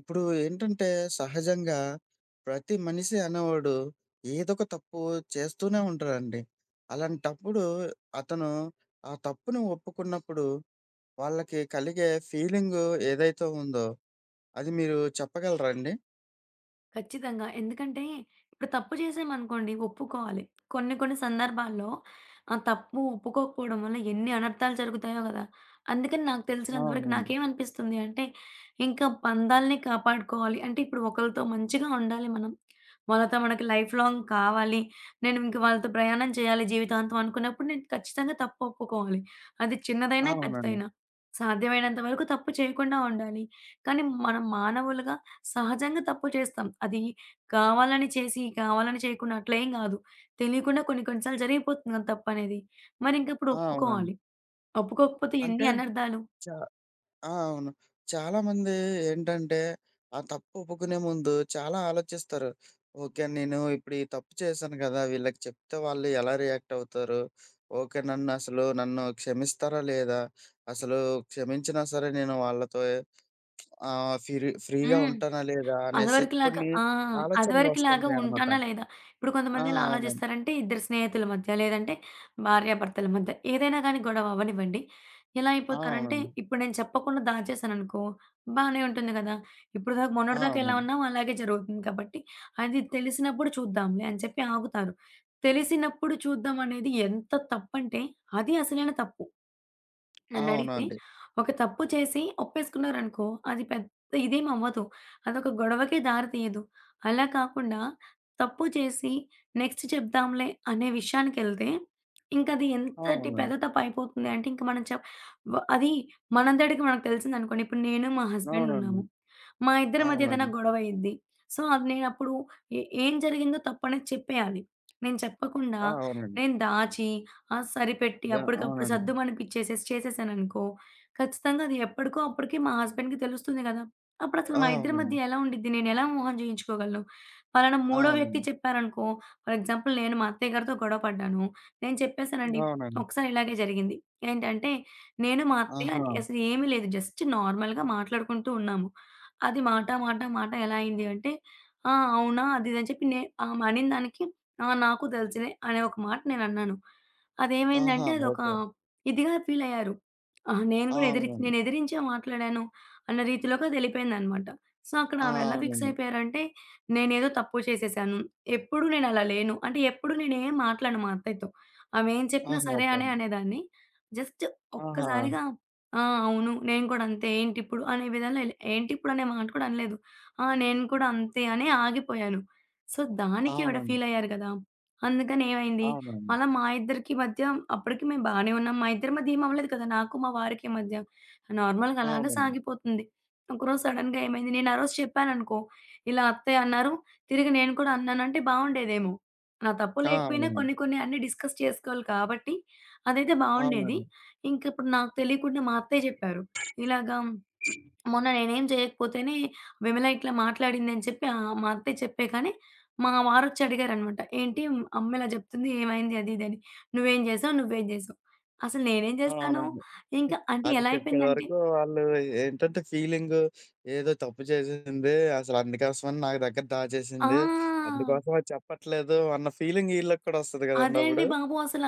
ఇప్పుడు ఏంటంటే సహజంగా ప్రతి మనిషి అనేవాడు ఏదో ఒక తప్పు చేస్తూనే ఉంటారండి. అలాంటప్పుడు అతను ఆ తప్పును ఒప్పుకున్నప్పుడు వాళ్ళకి కలిగే ఫీలింగ్ ఏదైతే ఉందో అది మీరు చెప్పగలరా అండి? ఖచ్చితంగా. ఎందుకంటే, ఇప్పుడు తప్పు చేశామనుకోండి ఒప్పుకోవాలి. కొన్ని కొన్ని సందర్భాల్లో ఆ తప్పు ఒప్పుకోకపోవడం వల్ల ఎన్ని అనర్థాలు జరుగుతాయో గదా! అందుకని నాకు అవునండి, తెలిసినంత వరకు అవునండి. నాకేమనిపిస్తుంది అంటే, ఇంకా బంధాల్ని కాపాడుకోవాలి. అంటే ఇప్పుడు ఒకళ్ళతో మంచిగా ఉండాలి మనం. వాళ్ళతో మనకి లైఫ్ లాంగ్ కావాలి. నేను ఇంక వాళ్ళతో ప్రయాణం చేయాలి జీవితాంతం అనుకున్నప్పుడు నేను ఖచ్చితంగా తప్పు ఒప్పుకోవాలి. అది ఆ, చిన్నదైనా, అవునండి. పెద్దదైనా. సాధ్యమైనంత వరకు తప్పు చేయకుండా ఉండాలి. కానీ మనం మానవులుగా సహజంగా తప్పు చేస్తాం. అది కావాలని చేసి, కావాలని చేయకుండా అట్లేం గాదు. తెలియకుండా కొన్ని కొన్ని సార్లు జరిగిపోతుంది కదా తప్పనేది. మరింకప్పుడు ఆ, అవునండి. ఒప్పుకోవాలి. ఒప్పుకోకపోతే ఎన్ని అంటే అనర్థాలు. చా ఆ, అవును. చాలామంది ఏంటంటే, ఆ తప్పు ఒప్పుకునే ముందు చాలా ఆలోచిస్తారు. ఓకే, నేను ఇప్పుడు ఈ తప్పు చేశాను కదా! వీళ్ళకి చెప్తే వాళ్ళు ఎలా రియాక్ట్ అవుతారు? ఓకే, నన్ను అసలు నన్ను క్షమిస్తారా లేదా? అసలు క్షమించినా సరే నేను వాళ్ళతో ఫ్రీగా హ్మ్. ఉంటానా లేదా? అనేసి అదివరకులాగా కొన్ని ఆ! అదివరకులాగా ఆలోచనలొస్తుంటాయనమాట. ఉంటానా లేదా? ఇప్పుడు ఆ, కొంతమంది ఎలా అవునండి. ఆలోచిస్తారంటే, ఇద్దరు స్నేహితుల మధ్య లేదంటే భార్యాభర్తల మధ్య ఏదైనా గానీ గొడవ అవ్వనివ్వండి. ఎలా ఆ, అయిపోతారంటే, అవునండి. ఇప్పుడు నేను చెప్పకుండా దాచేశాననుకో బానే ఉంటుంది గదా! ఇప్పటిదాకా ఆ, మొన్నటిదాకా ఎలా ఉన్నామో అలాగే జరుగుతుంది కాబట్టి, అది తెలిసినప్పుడు చూద్దాంలే అని చెప్పి ఆగుతారు. తెలిసినప్పుడు చూద్దాం అనేది ఎంత తప్పంటే, అది అసలైన తప్పు. నన్నడిగితే అవునండి. ఒక తప్పు చేసి ఒప్పేసుకున్నారనుకో, అది పెద్ద ఇదేం అవ్వదు. అదొక గొడవకే దారి తీయదు. అలా కాకుండా తప్పు చేసి నెక్స్ట్ చెప్దాంలే అనే విషయానికెళ్తే, ఇంకది ఆ, ఎంతటి అవునండి. పెద్ద తప్పయిపోతుంది అంటే, ఇంక మనం చెప్ వ అది మనంతటికి మనకు తెలిసిందనుకోండి. ఇప్పుడు నేను, మా ఆ, హస్బెండ్ అవునండి. ఉన్నాము. మా ఇద్దరి అవునండి, మధ్య ఏదైనా అవునండి. గొడవయిద్ది. సో, అది నేనప్పుడు ఏం జరిగిందో తప్పనేది చెప్పేయాలి. నేను చెప్పకుండా, ఆ, అవునండి. నేను దాచి సరిపెట్టి వ అప్పటికప్పుడు అవునండి. సద్దుమణిపిచ్చేసేసి చేసేసాననుకో, ఖచ్చితంగా అది ఎప్పటికో అప్పటికి మా హస్బెండ్‌కి తెలుస్తుంది గదా! అప్పుడసలు ఆ, మా ఇద్దరి అవునండి. మధ్య ఎలా ఉండిద్ది? నేనెలా మోహం చేయించుకోగలను? పలానా మూడో వ్యక్తి అవునండి. చెప్పారనుకో, ఫర్ ఎగ్జాంపుల్ నేను మా అత్తయ్య గారితో గొడవ పడ్డాను. నేను చెప్పేసానండి. అవునండి. ఒకసారి ఇలాగే జరిగింది. ఏంటంటే, నేను మా అత్తయ్య ఆహా! అసలు ఏమీ లేదు. జస్ట్ నార్మల్‌గా మాట్లాడుకుంటూ ఉన్నాము. అది మాట, మాట, మాట ఎలా అయింది అంటే, "ఆ! అవునా?" అది ఇది అని చెప్పి నే ఆమె అనిన దానికి, "ఆ! నాకు తెలుసులే" అనే ఒక మాట నేనన్నాను. ఆహా, అదేమైందంటే అదొక ఓకే. ఇదిగా ఫీలయ్యారు. నేను గూడా ఎదిరి అవునండి. నేను ఎదిరించే మాట్లాడాను అన్న రీతిలోకి అదెళ్ళిపోయిందనమాట. సో, అక్కడ ఆ, ఆవిడెలా ఫిక్స్ అవునండి. అయిపోయారంటే, నేనేదో తప్పు చేసేసాను. ఎప్పుడు నేనలా లేను. అంటే ఎప్పుడు నేనేం మాట్లాడను మా అత్తయ్యతో. ఆమేం చెప్పినా ఆహా, సరే ఓకే అనే అండి. అనేదాన్ని. జస్ట్ ఆహా! ఒక్కసారిగా ఆ! అవును. నేను కూడా అంతే. ఏంటిప్పుడు అనే విధంలో ఎల్ ఏంటిప్పుడు అనే మాట కూడా అనలేదు. ఆ! నేను కూడా అంతే అని ఆగిపోయాను. సో, దానికి ఆవిడ అవునండి. ఫీలయ్యారు గదా! అందుకని ఏమైంది, అవునండి. అలా మా ఇద్దరికి మధ్య అప్పటికి మేము బానే ఉన్నాం. మా ఇద్దరి మధ్య ఏం అవ్వలేదు కదా! నాకు మా వారికి మధ్య. నార్మల్‌గా అలాగే అవునండి. సాగిపోతుంది. ఒకరోజు సడెన్‌గా ఏమైంది, నేను ఆ రోజు చెప్పాననుకో, ఇలా అత్తయ్య అన్నారు, తిరిగి నేను కూడా అన్నానంటే బావుండేదేమో. నా తప్పు ఆ, లేకపోయినా అవునండి. కొన్ని కొన్ని అన్నీ డిస్కస్ చేసుకోవాలి కాబట్టి అదైతే బావుండేది. అవునండి. ఇంకిప్పుడు నాకు తెలియకుండా మా అత్తయ్య చెప్పారు. ఇలాగా మొన్న నేనేం చేయకపోతేనే విమల ఇట్లా మాట్లాడిందని చెప్పి మా అత్తయ్య చెప్పేగానే, మా వారొచ్చి అడిగారనమాట. "ఏంటి అమ్మ ఇలా చెప్తుంది ఏమైంది?" అది ఇది అని. "నువ్వేం చేసావు? నువ్వేం చేసావు?" అసలు నేనేం చేస్తాను? అవునండి. ఇంకా అంటే అది ఎలా చెప్పే అయిపోయిందంటే వరకు వాళ్ళు ఏంటంటే ఫీలింగు ఏదో తప్పు చేసేసింది. అసలు అందుకోసమని నా దగ్గర ఆ! దాచేసింది. అందుకోసం అది చెప్పట్లేదు అన్న ఫీలింగ్ వీళ్ళకి కూడా వస్తది అదే కదండప్పుడు. అండి బాబు అసల.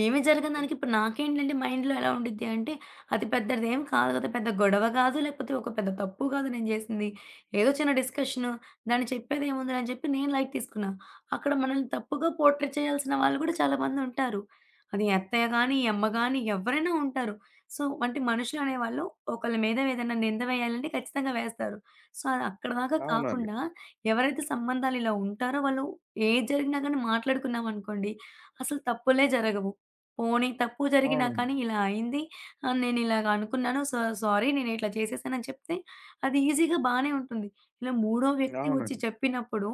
ఏమి జరగదానికి ఇప్పుడు నాకేంటంటే మైండ్‌లో ఎలా ఉండిద్ది అంటే, అది పెద్దదేం కాదు కదా! పెద్ద గొడవ కాదు, లేకపోతే ఒక పెద్ద తప్పు కాదు నేను చేసింది. ఏదో చిన్న డిస్కషను. దాన్ని చెప్పేదేముందిలే అని చెప్పి నేను లైట్ తీసుకున్నా. అక్కడ మనల్ని తప్పుగా పోర్ట్రేట్ చేయాల్సిన వాళ్ళు కూడా చాలామందుంటారు. అది అత్తయ్య గానీ, అమ్మ గానీ ఎవరైనా ఉంటారు. సో, అంటే మనుషులు అనేవాళ్ళు ఒకళ్ళ మీద ఏదైనా నింద వేయాలంటే ఖచ్చితంగా వేస్తారు. సో, అది అక్కడ దాకా అవునండి. కాకుండా ఎవరైతే సంబంధాలు ఇలా ఉంటారో వాళ్ళు ఏది జరిగినా గానీ మాట్లాడుకున్నామనుకోండి అసలు తప్పులే జరగవు. పోనీ తప్పు జరిగినా అవునండి. కానీ ఇలా అయింది. నేనిలాగ అనుకున్నాను. సో, సారీ నేనిట్లా చేసేసానని చెప్తే అది ఈజీగా బానే ఉంటుంది. ఇలా మూడో వ్యక్తి వచ్చి అవునండి. చెప్పినప్పుడు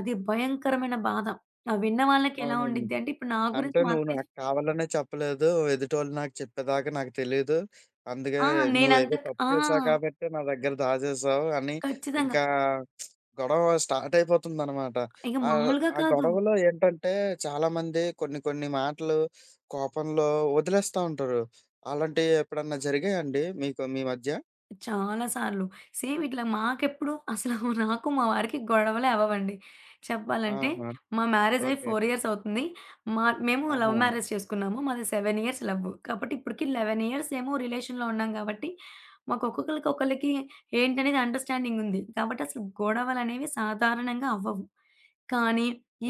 అది భయంకరమైన బాధ. ఆ విన్న వాళ్ళకి ఎలా అవునండి. ఉండిద్ది అంటే ఇప్పుడు నా గురించి అంటే మా నువ్వు అత్తయ్య నాకు చెప్ కావాలనే చెప్పలేదు. ఎదుటోళ్ళు నాకు చెప్పేదాకా నాకు తెలీదు. అందుకే ఆ! నేనంత నువ్వేదో తప్పు ఆ! చేశావు కాబట్టి నా దగ్గర దాచేసావు అని ఖచ్చితంగా. ఇంకా గొడవ స్టార్ట్ అయిపోతుందనమాట. ఇక ఆహ్, మామూలుగా ఆ ఆ కాదు. గొడవలో ఏంటంటే చాలామంది కొన్ని కొన్ని మాటలు కోపంలో వదిలేస్తా ఉంటారు. అలాంటియి ఎప్పుడన్నా జరిగాయండి మీకు మీ మధ్య? చాలా సార్లు. సేమ్ ఇట్లా మాకెప్పుడు అసలు నాకు మా వారికి గొడవలే అవ్వవండి. చెప్పాలంటే ఆహా, మా మ్యారేజ్ అయ్యి ఓకే. 4 ఇయర్స్ అవుతుంది. మేము లవ్ ఆహా, మ్యారేజ్ చేసుకున్నాము. మాది 7 ఇయర్స్ లవ్. కాబట్టి ఇప్పటికి 11 ఇయర్స్ ఏమో రిలేషన్‌లో ఉన్నాం కాబట్టి, మాకు ఒక్కొక్కళ్ళకి ఒకళ్ళకి ఏంటనేది అండర్‌స్టాండింగ్ ఉంది. కాబట్టి అసలు గొడవలనేవి సాధారణంగా అవ్వవు. కానీ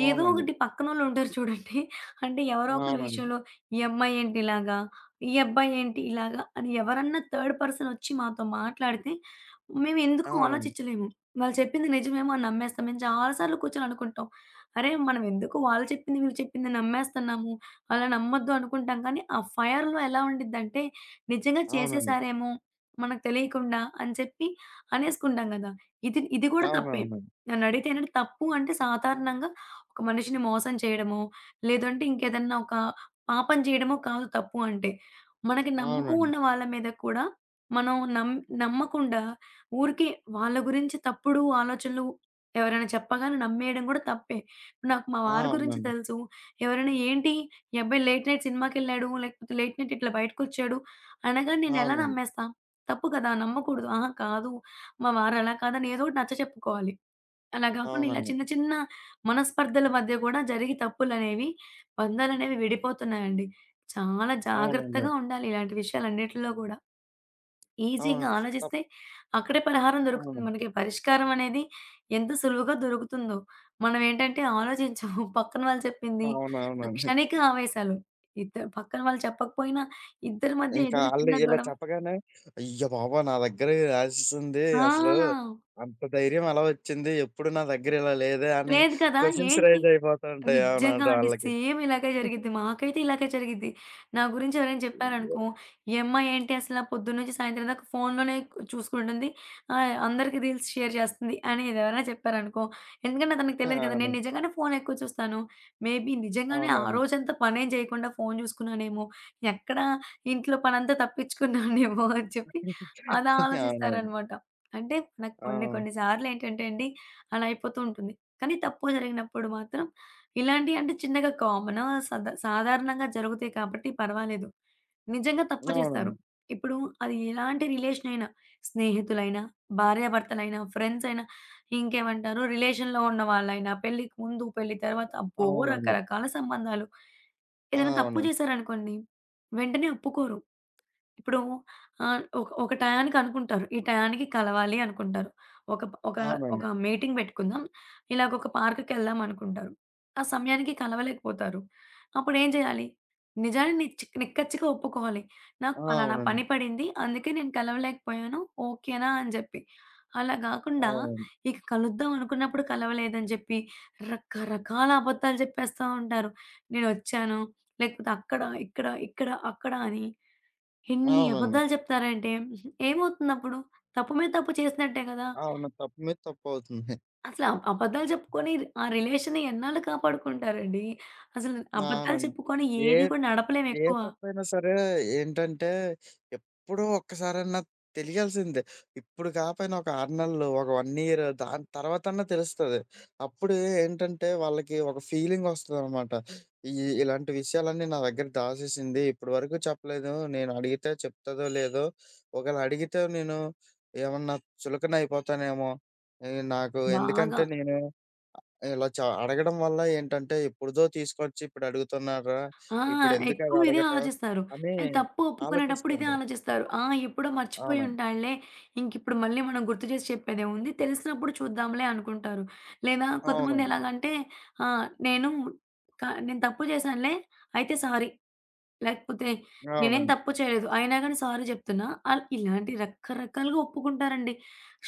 ఏదో అవునండి. ఒకటి పక్కనోళ్ళు ఉంటారు చూడండి. అంటే ఎవరో ఒకళ్ళ అవునండి. విషయంలో ఈ అమ్మాయి ఏంటి ఇలాగా? ఈ అబ్బాయేంటి ఇలాగా అని ఎవరన్నా థర్డ్ పర్సన్ ఒచ్చి మాతో మాట్లాడితే, మేమెందుకు అవునండి. ఆలోచించలేము. వాళ్ళు చెప్పింది నిజమేమో అని నమ్మేస్తాం. మేము చాలా సార్లు కూర్చొని అనుకుంటాం. అరే! మనం ఎందుకు వాళ్ళు చెప్పింది, వీళ్ళు చెప్పింది నమ్మేస్తున్నాము. అలా నమ్మొద్దు అనుకుంటాం కానీ, ఆ ఫైర్‌లో ఎలా ఉండిద్దంటే, నిజంగా అవునండి. చేసేసారేమో మనకు తెలియకుండా అని చెప్పి అనేసుకుంటాం గదా! ఇది ఇది గూడా తప్పే. అవునవునండి. నన్నడిగితే ఏంటంటే తప్పు అంటే సాధారణంగా ఒక మనిషిని మోసం చేయడమో, లేదంటే ఇంకేదన్నా ఒక పాపం చేయడమో కాదు తప్పు అంటే. మనకి నమ్మకం అవునండి. ఉన్న వాళ్ళ మీద కూడా మనం నమ్మకుండా ఊరికే వాళ్ళ గురించి తప్పుడు ఆలోచనలు ఎవరైనా చెప్పగానే నమ్మేయడం కూడా తప్పే. నాకు మా ఆ, వారి గురించి అవునండి. తెలుసు. ఎవరైనా ఏంటి ఈ అబ్బాయి లేట్ నైట్ సినిమాకెళ్ళాడు. లేకపోతే లేట్ నైట్ ఇట్లా బయటకొచ్చాడు అనగానే నేనెలా అవునండి. నమ్మేస్తా? తప్పు కదా! నమ్మకూడదు. ఆహా! కాదు మా వారు అలా కాదని ఏదోకటి నచ్చచెప్పుకోవాలి. అలా గాకుండా ఇలా అవునండి. చిన్న చిన్న మనస్పర్ధల మధ్య గూడా జరిగి తప్పులనేవి, బంధాలనేవి విడిపోతున్నాయండి. చాలా అవునండి. జాగ్రత్తగా ఉండాలి ఇలాంటి విషయాలన్నిటిలో గూడా. అవును. ఈజీగా తప్ ఆలోచిస్తే అక్కడే పరిహారం అవును. దొరుకుతుంది మనకి. పరిష్కారం అనేది ఎంత సులువుగా దొరుకుతుందో. మనమేంటంటే ఆలోచించము. పక్కన వాళ్ళు చెప్పింది ఆ అవునవునండి. క్షణిక ఆవేశాలు. ఇద్దరు పక్కన వాళ్ళు చెప్పకపోయినా ఇద్దరి మధ్య ఇంకా ఏదైనా ఆళ్ళు చిన్న ఇలా గొడవ చెప్పగానే, అయ్య బాబోయ్! నా దగ్గర రాసేసింది అసలు ఆ! అంత ధైర్యం ఎలా వచ్చింది? ఎప్పుడు నా దగ్గర ఇలా లేదే అని లేదు కదా! క్వెషన్స్ ఏంటి రైజ్ అయిపోతూ ఉంటాయి. నిజంగా అవునండి అండి. ఆళ్ళకి. సేమ్ ఇలాగే జరిగిద్ది. మాకైతే ఇలాగే జరిగిద్ది. నా గురించి ఎవరైనా చెప్పారనుకో, ఈ అమ్మాయి ఏంటి అసల పొద్దున్నుంచి సాయంత్రం దాకా ఫోన్‌లోనే చూసుకుంటుంది. అందరికి రీల్స్ షేర్ చేస్తుంది అనేది ఎవరైనా చెప్పారనుకో, ఎందుకంటే అతనికి తెలీదు కదా! నేను అవును. నిజంగానే ఫోన్ ఎక్కువ చూస్తాను. మేబీ నిజంగానే ఆ అవునండి. రోజంతా పనేం చేయకుండా ఫోన్ చూసుకున్నానేమో, ఎక్కడ ఇంట్లో పనంతా తప్పించుకున్నానేమో అని చెప్పి అలా అవునండి. ఆలోచిస్తారనమాట. అంటే నాకు ఆ, కొన్ని కొన్ని సార్లేంటంటే అండి అలా అయిపోతూ ఉంటుంది. కానీ తప్పు జరిగినప్పుడు మాత్రం ఇలాంటియి అంటే చిన్నగా కామనా? సాధారణంగా జరుగుతాయి కాబట్టి పర్వాలేదు. నిజంగా తప్పు చేస్తారు. అవునండి. ఇప్పుడు అది ఎలాంటి రిలేషన్ అయినా, స్నేహితులైనా, భార్యాభర్తలైనా, ఫ్రెండ్స్ అయినా, ఇంకేమంటారు రిలేషన్‌లో ఉన్న వాళ్ళైనా, పెళ్ళికి ముందు, పెళ్లి తర్వాత అబ్బో! అవునండి. రకరకాల సంబంధాలు. ఏదైనా తప్పు అవునండి. చేశారనుకోండి, వెంటనే ఒప్పుకోరు. ఇప్పుడు ఒక ఒక టయానికి అనుకుంటారు. ఈ టయానికి కలవాలి అనుకుంటారు. ఒక ఒక ఒక అవునండి. మీటింగ్ పెట్టుకుందాం. ఇలాగ ఒక పార్క్‌కెళ్దాం అనుకుంటారు. ఆ సమయానికి కలవలేకపోతారు. అప్పుడేం చేయాలి? నిజాన్ని నిచ్ నిక్కచ్చిగా ఒప్పుకోవాలి. నాకు పలానా అవునండి. పని పడింది. అందుకే నేను కలవలేకపోయాను. ఓకేనా అని చెప్పి. అలా గాకుండా అవునండి. ఇక కలుద్దాం అనుకున్నప్పుడు కలవలేదని చెప్పి రకరకాల అబద్ధాలు చెప్పేస్తా ఉంటారు. నేనొచ్చాను. లేకపోతే అక్కడ, ఇక్కడ, ఇక్కడ, అక్కడ అని ఎన్ని అవునండి. అబద్ధాలు చెప్తారంటే ఏమవుతుందప్పుడు? తప్పు మీద తప్పు చేసినట్టే కదా! అవును. తప్పు మీద తప్పవుతుంది. అసలు అబ్ అబద్ధాలు చెప్పుకొని ఆ రిలేషన్‌ని ఎన్నాళ్ళు కాపాడుకుంటారండి? అసలు అబద్ధాలు అవునండి. చెప్పుకొని ఏ ఏది కూడా నడపలేం ఏ ఎక్కువ. తప్పైనా సరే ఏంటంటే, ఎప్పుడో ఒక్కసారన్నా తెలియాల్సిందే. ఇప్పుడు కాపోయినా ఒక 6 నెలలు, ఒక 1 ఇయర్ దాని తర్వాతన్నా తెలుస్తది. అప్పుడు ఏంటంటే, వాళ్ళకి ఒక ఫీలింగొస్తదనమాట. ఈ ఇలాంటి విషయాలన్నీ నా దగ్గర దాచేసింది. ఇప్పటివరకు చెప్పలేదు. నేను అడిగితే చెప్తదో లేదో, ఒకవేళ అడిగితే నేను ఏమన్నా చులకన అయిపోతానేమో. ఈ నాకు బాగా. ఎందుకంటే నేను ఇలా అడగడం వల్ల ఏంటంటే ఎప్పుడుదో తీసుకొచ్చి ఇప్పుడు అడుగుతున్నారా? ఆ! ఇప్పుడెందుకు అవి ఎక్కువ ఇదే అడగటం ఆలోచిస్తారు. అని అండ్ తప్పు ఒప్పుకునేటప్పుడు ఇదే ఆలోచిస్తుండ్రు. ఆలోచిస్తారు. ఆ! ఎప్పుడో మర్చిపోయి అవునండి. ఉంటాడులే. ఇంకిప్పుడు మళ్ళీ మనం గుర్తు చేసి చెప్పేదేముంది. తెలిసినప్పుడు చూద్దాంలే అనుకుంటారు. లేదా కొంతమంది అవునండి. ఎలాగంటే నేను క నేను తప్పు చేశానులే అయితే సారీ. లేకపోతే నేనేం అవునండి. తప్పు చేయలేదు. అయినా గాని సారీ జెప్తున్నా. ఆళ్ళు ఇలాంటి రకరకాలుగా ఒప్పుకుంటారండి.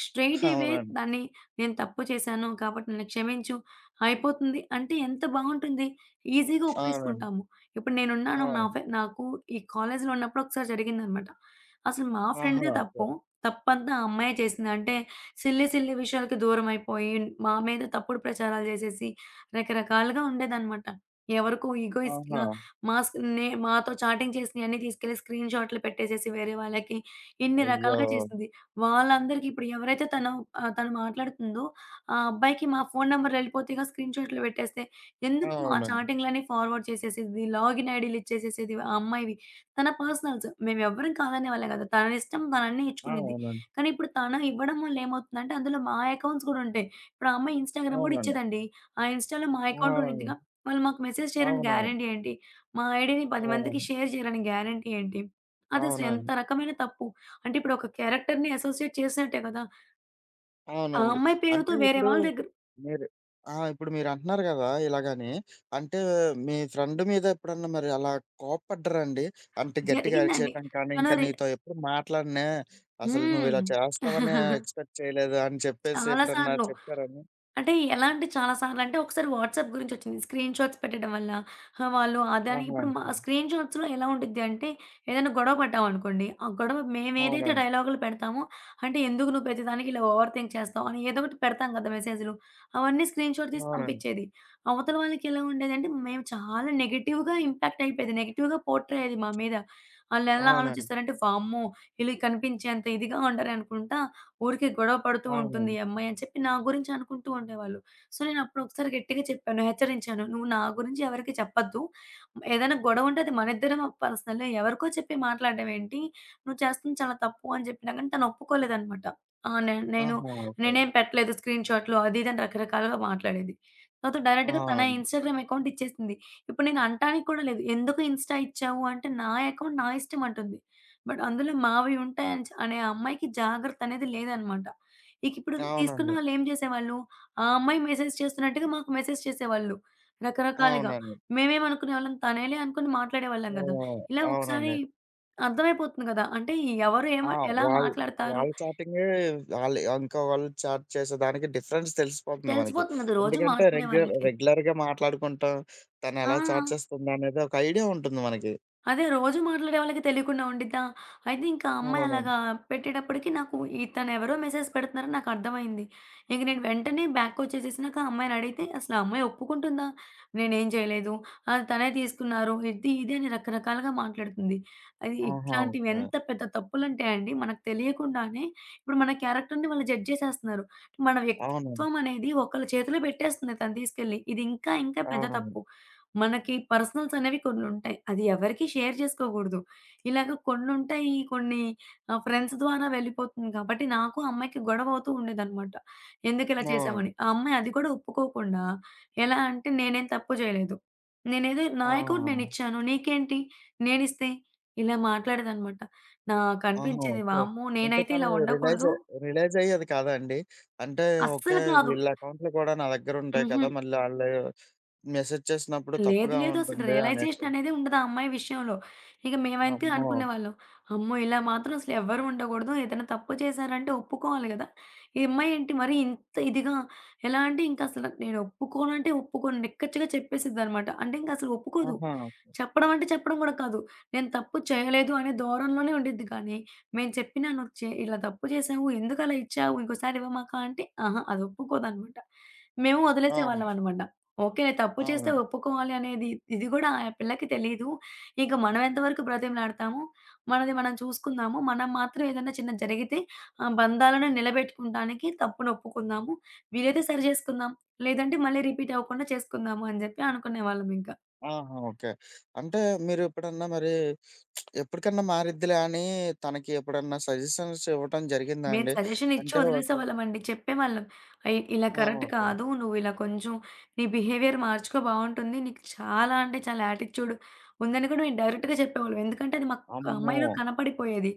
స్ట్రెయిట్ అవే అవునండి. దాన్ని నేను తప్పు చేశాను కాబట్టి నన్ను క్షమించు, అయిపోతుంది అంటే ఎంత బావుంటుంది. ఈజీగా అవునండి. ఒప్పేసుకుంటాము. ఇప్పుడు నేనున్నాను నా అవును. ఫె నాకు ఈ కాలేజీలో ఉన్నప్పుడు ఒకసారి జరిగిందనమాట. అసలు మా ఆహా, ఫ్రెండ్‌దే ఓకే. తప్పు. తప్పంతా ఆ అమ్మాయే చేసింది. అంటే సిల్లి సిల్లి విషయాలకి దూరమైపోయి, మా మీద తప్పుడు ప్రచారాలు జేసేసి రకరకాలుగా ఉండేదనమాట. ఎవరికో ఆహా! ఈగోయిస్ట్‌గా మా స్ నే మాతో చాటింగ్ చేసినయన్నీ తీసుకెళ్ళి స్క్రీన్ షాట్లు పెట్టేసేసి వేరే వాళ్ళకి, ఇన్ని అయ్యో! రకాలుగా చేసింది. వాళ్ళందరికీ ఇప్పుడు ఎవరైతే తను తను మాట్లాడుతుందో, ఆ అబ్బాయికి మా ఫోను నంబర్‌లు ఎళ్ళిపోతాయిగా స్క్రీన్ షాట్లు పెట్టేస్తే. ఎందుకు ఆ అవునండి. చాటింగ్‌లన్నీ ఫార్వర్డ్ చేసేసేది, లాగిన్ ఐడీలు ఇచ్చేసేసేది ఆ అమ్మాయివి. తన పర్సనల్స్. మేమెవ్వరం కాదనేవాళ్ళం కాదు. తన ఇష్టం తనన్నీ ఇచ్చుకునేది. అవునండి. కానీ ఇప్పుడు తను ఇవ్వడం వల్ల ఏమవుతుందంటే, అందులో మా అకౌంట్స్ కూడా ఉంటాయి. ఇప్పుడు ఆ అమ్మాయి ఇన్‌స్టాగ్రామ్ కూడా అవునండి. ఇచ్చేదండి. ఆ ఇన్‌స్టాలో మా అకౌంట్ అవునండి. ఉండిద్దిగా. వాళ్ళు మాకు మెసేజ్ చేయరని అవునవును. గ్యారంటీ ఏంటి? మా ఐడియా‌ని 10 మందికి అవునండి. షేర్ జేయరని గ్యారంటీ ఏంటి? అదసలు ఎంత అవునండి. రకమైన తప్పు. అంటే ఇప్పుడు ఒక క్యారెక్టర్‌ని అసోసియేట్ చేసినట్టే కదా! ఆ అవునండి. అమ్మాయి అంటే పేరుతో వేరే ఇప్పుడు వాళ్ళ దగ్గర మీరు ఆ! ఇప్పుడు మీరంటున్నారు గదా! ఇలాగని. అంటే మీ ఫ్రెండ్ మీద ఎప్పుడన్నా మరి అలా కోప్పడ్డారా అండి? అంటే గట్టిగా జరిగిందండి. అరిచేయటం కానీ, తను ఇంకా రి నీతో ఎప్పుడు మాట్లాడనే, అసలు హ్మ్. నువ్విలా చేస్తావని ఎక్స్‌పెక్ట్ చేయలేదు అని చెప్పేసి చాలా ఎప్పుడన్నా సార్లు. చెప్పారని? అంటే ఎలా అంటే చాలా సార్లంటే ఒకసారి వాట్సాప్ గురించొచ్చింది. స్క్రీన్‌షాట్స్ పెట్టడం వల్ల వాళ్ళు అదని ఆహా, ఇప్పుడు మా ఓకే. స్క్రీన్‌షాట్స్‌లో ఎలా ఉండిద్ది అంటే ఏదైనా గొడవ పడ్డామనుకోండి, ఆ గొడవ మేమేదైతే అవునండి. డైలాగులు పెడతామో అంటే "ఎందుకు నువ్వు ప్రతిదానికి ఇలా ఓవర్ థింక్ చేస్తావు" అని ఏదో ఒకటి పెడతాం కదా! మెసేజ్‌లు. అవన్నీ స్క్రీన్‌షాట్ తీసి అవునండి. పంపించేది. అవతల వాళ్ళకి ఎలా ఉండేదంటే మేము చాలా నెగెటివ్‌గా ఇంపాక్ట్ అయిపోయేది. నెగెటివ్‌గా పోర్ట్రే అయ్యేది మా మీద. ఆళ్ళెలా అవునండి. ఆలోచిస్తారంటే వామ్మో! వీళ్ళకి కనిపించేంత ఇదిగా ఉండరనుకుంటా ఊరికే గొడవ పడుతూ ఉంటుంది అవునండి. ఈ అమ్మాయి అని చెప్పి నా గురించి అనుకుంటూ ఉండేవాళ్ళు. సో, నేనప్పుడు ఒకసారి గట్టిగా చెప్పాను, హెచ్చరించాను. "నువ్వు నా గురించి ఎవరికీ చెప్పొద్దు. ఏదైనా గొడవ ఉంటే అది మనిద్దరం పర్సనల్. ఎవరికో చెప్పి మాట్లాడడం ఏంటి? నువ్వు చేస్తుంది చాలా తప్పు" అని చెప్పినా కానీ తను ఒప్పుకోలేదనమాట. ఆ! నేను ఆహా, ఓకే. నేనేం పెట్టలేదు స్క్రీన్‌షాట్లు అది ఇది అని రకరకాలుగా మాట్లాడేది. తర్వాత డైరెక్ట్‌గా తన అవునండి. ఇన్‌స్టాగ్రామ్ అకౌంట్ ఇచ్చేసింది. ఇప్పుడు నేను అనటానికి కూడా లేదు. "ఎందుకు ఇన్‌స్టా ఇచ్చావు?" అంటే, "నా అకౌంట్ నా ఇష్టం" అంటుంది. బట్ అందులో మావి ఉంటాయని చ అనే అమ్మాయికి జాగ్రత్త అనేది లేదనమాట. ఇకిప్పుడు తీసుకున్న అవునండి. వాళ్ళేం జేసేవాళ్ళు, ఆ అమ్మాయి మెసేజ్ చేస్తున్నట్టుగా మాకు మెసేజ్ చేసేవాళ్ళు రకరకాలుగా. అవునండి. మేమేమనుకునేవాళ్ళం తనేలే అనుకుని మాట్లాడేవాళ్ళం గదా! ఓహ్! ఇలా ఒకసారి అవునండి. అర్థమైపోతుంది గదా! అంటే ఎవరు ఏమ ఆ! ఎలా వాళ్ మాట్లాడతారు వాళ్ళ చాటింగే వాళ్ళు ఇంకా వాళ్ళు చాట్ చేసేదానికి డిఫరెన్స్ తెలిసిపోతుంది మనకి. తెలిసిపోతుంది గదా! రోజు ఎందుకంటే మాట్లాడే రెగ్యులర్ వాళ్ళకి. రెగ్యులర్‌గా మాట్లాడుకుంటాం. తను ఆ! ఎలా చాట్ చేస్తుందనేది ఒక ఐడియా ఉంటుంది మనకి. అదే రోజు మాట్లాడే వాళ్ళకి తెలియకుండా ఉండిద్దా? అయితే ఇంకా ఆ అమ్మాయి అవును. అలాగా పెట్టేటప్పటికి నాకు ఇతనెవరో మెసేజ్ పెడుతున్నారని నాకర్థమైంది. ఇంక నేను వెంటనే బ్యాక్‌కొచ్చేసేసినాక ఆ అమ్మాయిని అడిగితే అసలు ఆ అమ్మాయి ఒప్పుకుంటుందా? నేనేం చేయలేదు. తనే తీసుకున్నారు. ఇది, ఇది అని రకరకాలుగా మాట్లాడుతుంది. అది ఆహా, ఇట్లాంటివి ఓకే. ఎంత పెద్ద తప్పులంటే అండి మనకు తెలియకుండానే ఇప్పుడు మన క్యారెక్టర్‌ని వాళ్ళు జడ్జ్ చేసేస్తున్నారు. మన అవునండి. వ్యక్తిత్వం అనేది ఒకళ్ళ చేతిలో పెట్టేస్తుంది తను తీసుకెళ్ళి. ఇది ఇంకా, ఇంకా పెద్ద అవునండి. తప్పు. మనకి పర్సనల్స్ అనేవి కొన్నుంటాయి. అది ఎవరికీ షేర్ చేసుకోకూడదు. ఇలాగ కొన్నుంటాయి. కొన్ని ఫ్రెండ్స్ ద్వారా వెళ్ళిపోతుంది కాబట్టి, నాకు ఆ అమ్మాయికి గొడవ అవుతూ ఉండేదనమాట. ఎందుకిలా అవును. చేశావని. ఆ అమ్మాయి అది కూడా ఒప్పుకోకుండా ఎలా అంటే, నేనేం తప్పు చేయలేదు. నేనేదో నా అకౌంట్ ఆ! నేనిచ్చాను. నీకేంటి? నేనిస్తే? ఇలా మాట్లాడేదనమాట. ఆహా, నాకనిపించింది ఓకే. వామ్మో! అంటే నేనైతే తను ఇలా రియలైజ్ ఉండకూడదు. రియలైజ్ అయ్యేది కాదా అండి? అంటే ఓకే. అస్సలు కాదు. వీళ్ళ అకౌంట్లు కూడా నా దగ్గర ఉంటాయి హుహు. కదా! మళ్ళీ ఆళ్ళు మెసేజ్ చేసినప్పుడు లేదు తప్పుగా లేదు. అసలు ఉంటుంది అనేసి. రియలైజేషన్ అనేదే ఉండదు ఆ అమ్మాయి విషయంలో. ఇక మేమైతే అమ్మో! అనుకునేవాళ్ళం. అమ్మో! ఇలా మాత్రం అసలు ఎవ్వరు ఉండకూడదు. ఏదైనా తప్పు చేశారంటే ఒప్పుకోవాలి గదా! ఈ అమ్మాయి ఏంటి మరి ఇంత ఇదిగా ఎలా అంటే ఇంక అసలు నేను ఒప్పుకోనంటే ఒప్పుకోను. నిక్కచ్చిగా చెప్పేసిద్దనమాట. అంటే ఇంక అసలు ఒప్పుకోదు. ఆహా! చెప్పడం అంటే చెప్పడం గూడా కాదు. నేను తప్పు చేయలేదు అనే ధోరణిలోనే ఉండిద్ది కానీ, మేము చెప్పినా నువ్వు చే ఇలా తప్పు చేశావు. ఎందుకలా ఇచ్చావు? ఇంకోసారి ఇవ్వమాక అంటే, అహా! అది ఒప్పుకోదనమాట. మేము అవును. వదిలేసేవాళ్ళమనమాట. ఓకే. నేను తప్పు చేస్తే అవునండి. ఒప్పుకోవాలి అనేది ఇది గూడా ఆ పిల్లకి తెలీదు. ఇక మనం ఎంతవరకు బ్రతిమలాడతాము, మనది మనం చూసుకుందాము. మనం మాత్రం ఏదైనా చిన్నది జరిగితే ఆ బంధాలను నిలబెట్టుకుంటానికి తప్పును ఒప్పుకుందాము. వీలైతే సరి జేసుకుందాం. లేదంటే మళ్ళీ రిపీట్ అవ్వకుండా చేసుకుందాము అని జెప్పి అనుకునేవాళ్ళమింక. ఆహా, ఓకే. అంటే మీరెప్పుడన్నా మరి ఎప్పటికన్నా మారిద్దిలే అని తనకి ఎప్పుడన్నా సజెషన్స్ ఇవ్వటం జరిగిందా మేము అండి? సజెషన్ ఇచ్చి అంటే ఓకే. వదిలేసేవాళ్ళమండి. చెప్పేవాళ్ళం. అయ్ ఇలా ఆ, కరెక్ట్ ఓకే. కాదు. నువ్వు ఇలా కొంచెం నీ బిహేవియర్ మార్చుకో బావుంటుంది. నీకు చాలా అంటే చాలా యాటిట్యూడ్ ఉందని కూడా మేము డైరెక్ట్‌గా చెప్పేవాళ్ళం. ఎందుకంటే అది మాకు అమ్మో! అమ్మాయిలో కనపడిపోయేది.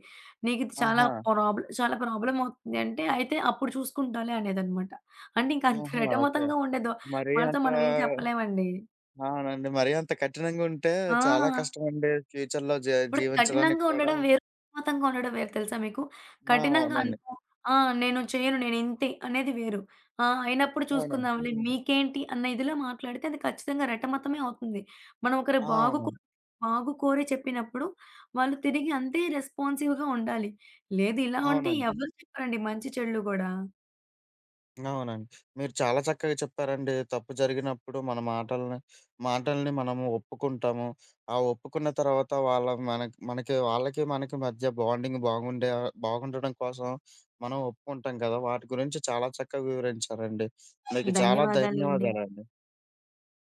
నీకు ఇది చాలా ఆహా! చాలా ప్రాబ్లమ్ అవుతుంది అంటే, అయితే అప్పుడు చూసుకుంటాలే అనేదన్నమాట. అంటే ఇంక అంత ఆహా, ఓకే. రటమతంగా ఉండేదో మరీ మనతో అంత మనం ఏం చెప్పలేమండి. అవునండి. మరీ అంత కఠినంగుంటే ఆ! చాలా కష్టమండి ఫ్యూచర్‌లో ఇప్పుడు జీవించడానికి కఠినంగా కూడా. ఉండడం వేరు, మతంగా ఉండడం వేరు తెలుసా మీకు? ఆ, కఠినంగా అవునండి. అనుకో ఆ! నేను చేయను నేనింతే అనేది వేరు. ఆ! అయినప్పుడు అవును. చూసుకుందాంలే మీకేంటి అన్న ఇదిలో మాట్లాడితే అది ఖచ్చితంగా రెట్టమతమే అవుతుంది. మనం ఒకరి అవును. బాగు కో అవునండి. బాగు కోరి చెప్పినప్పుడు వాళ్ళు తిరిగి అంతే రెస్పాన్సివ్‌గా ఉండాలి. లేదు ఇలా ఉంటే అవునండి. ఎవరు చెప్పరండి మంచి చెడులు గూడా. అవునండి. మీరు చాలా చక్కగా చెప్పారండి. తప్పు జరిగినప్పుడు మన మాటల్ని మాటల్ని మనము ఒప్పుకుంటాము. ఆ ఒప్పుకున్న తర్వాత వాళ్ళకి మనకి మధ్య బాండింగ్ బాగుండడం కోసం మనం ఒప్పుకుంటాం కదా! వాటి గురించి చాలా చక్కగా వివరించారండి. మీకు చాలా ధన్యవాదాలండి. ధన్యవాదాలండి.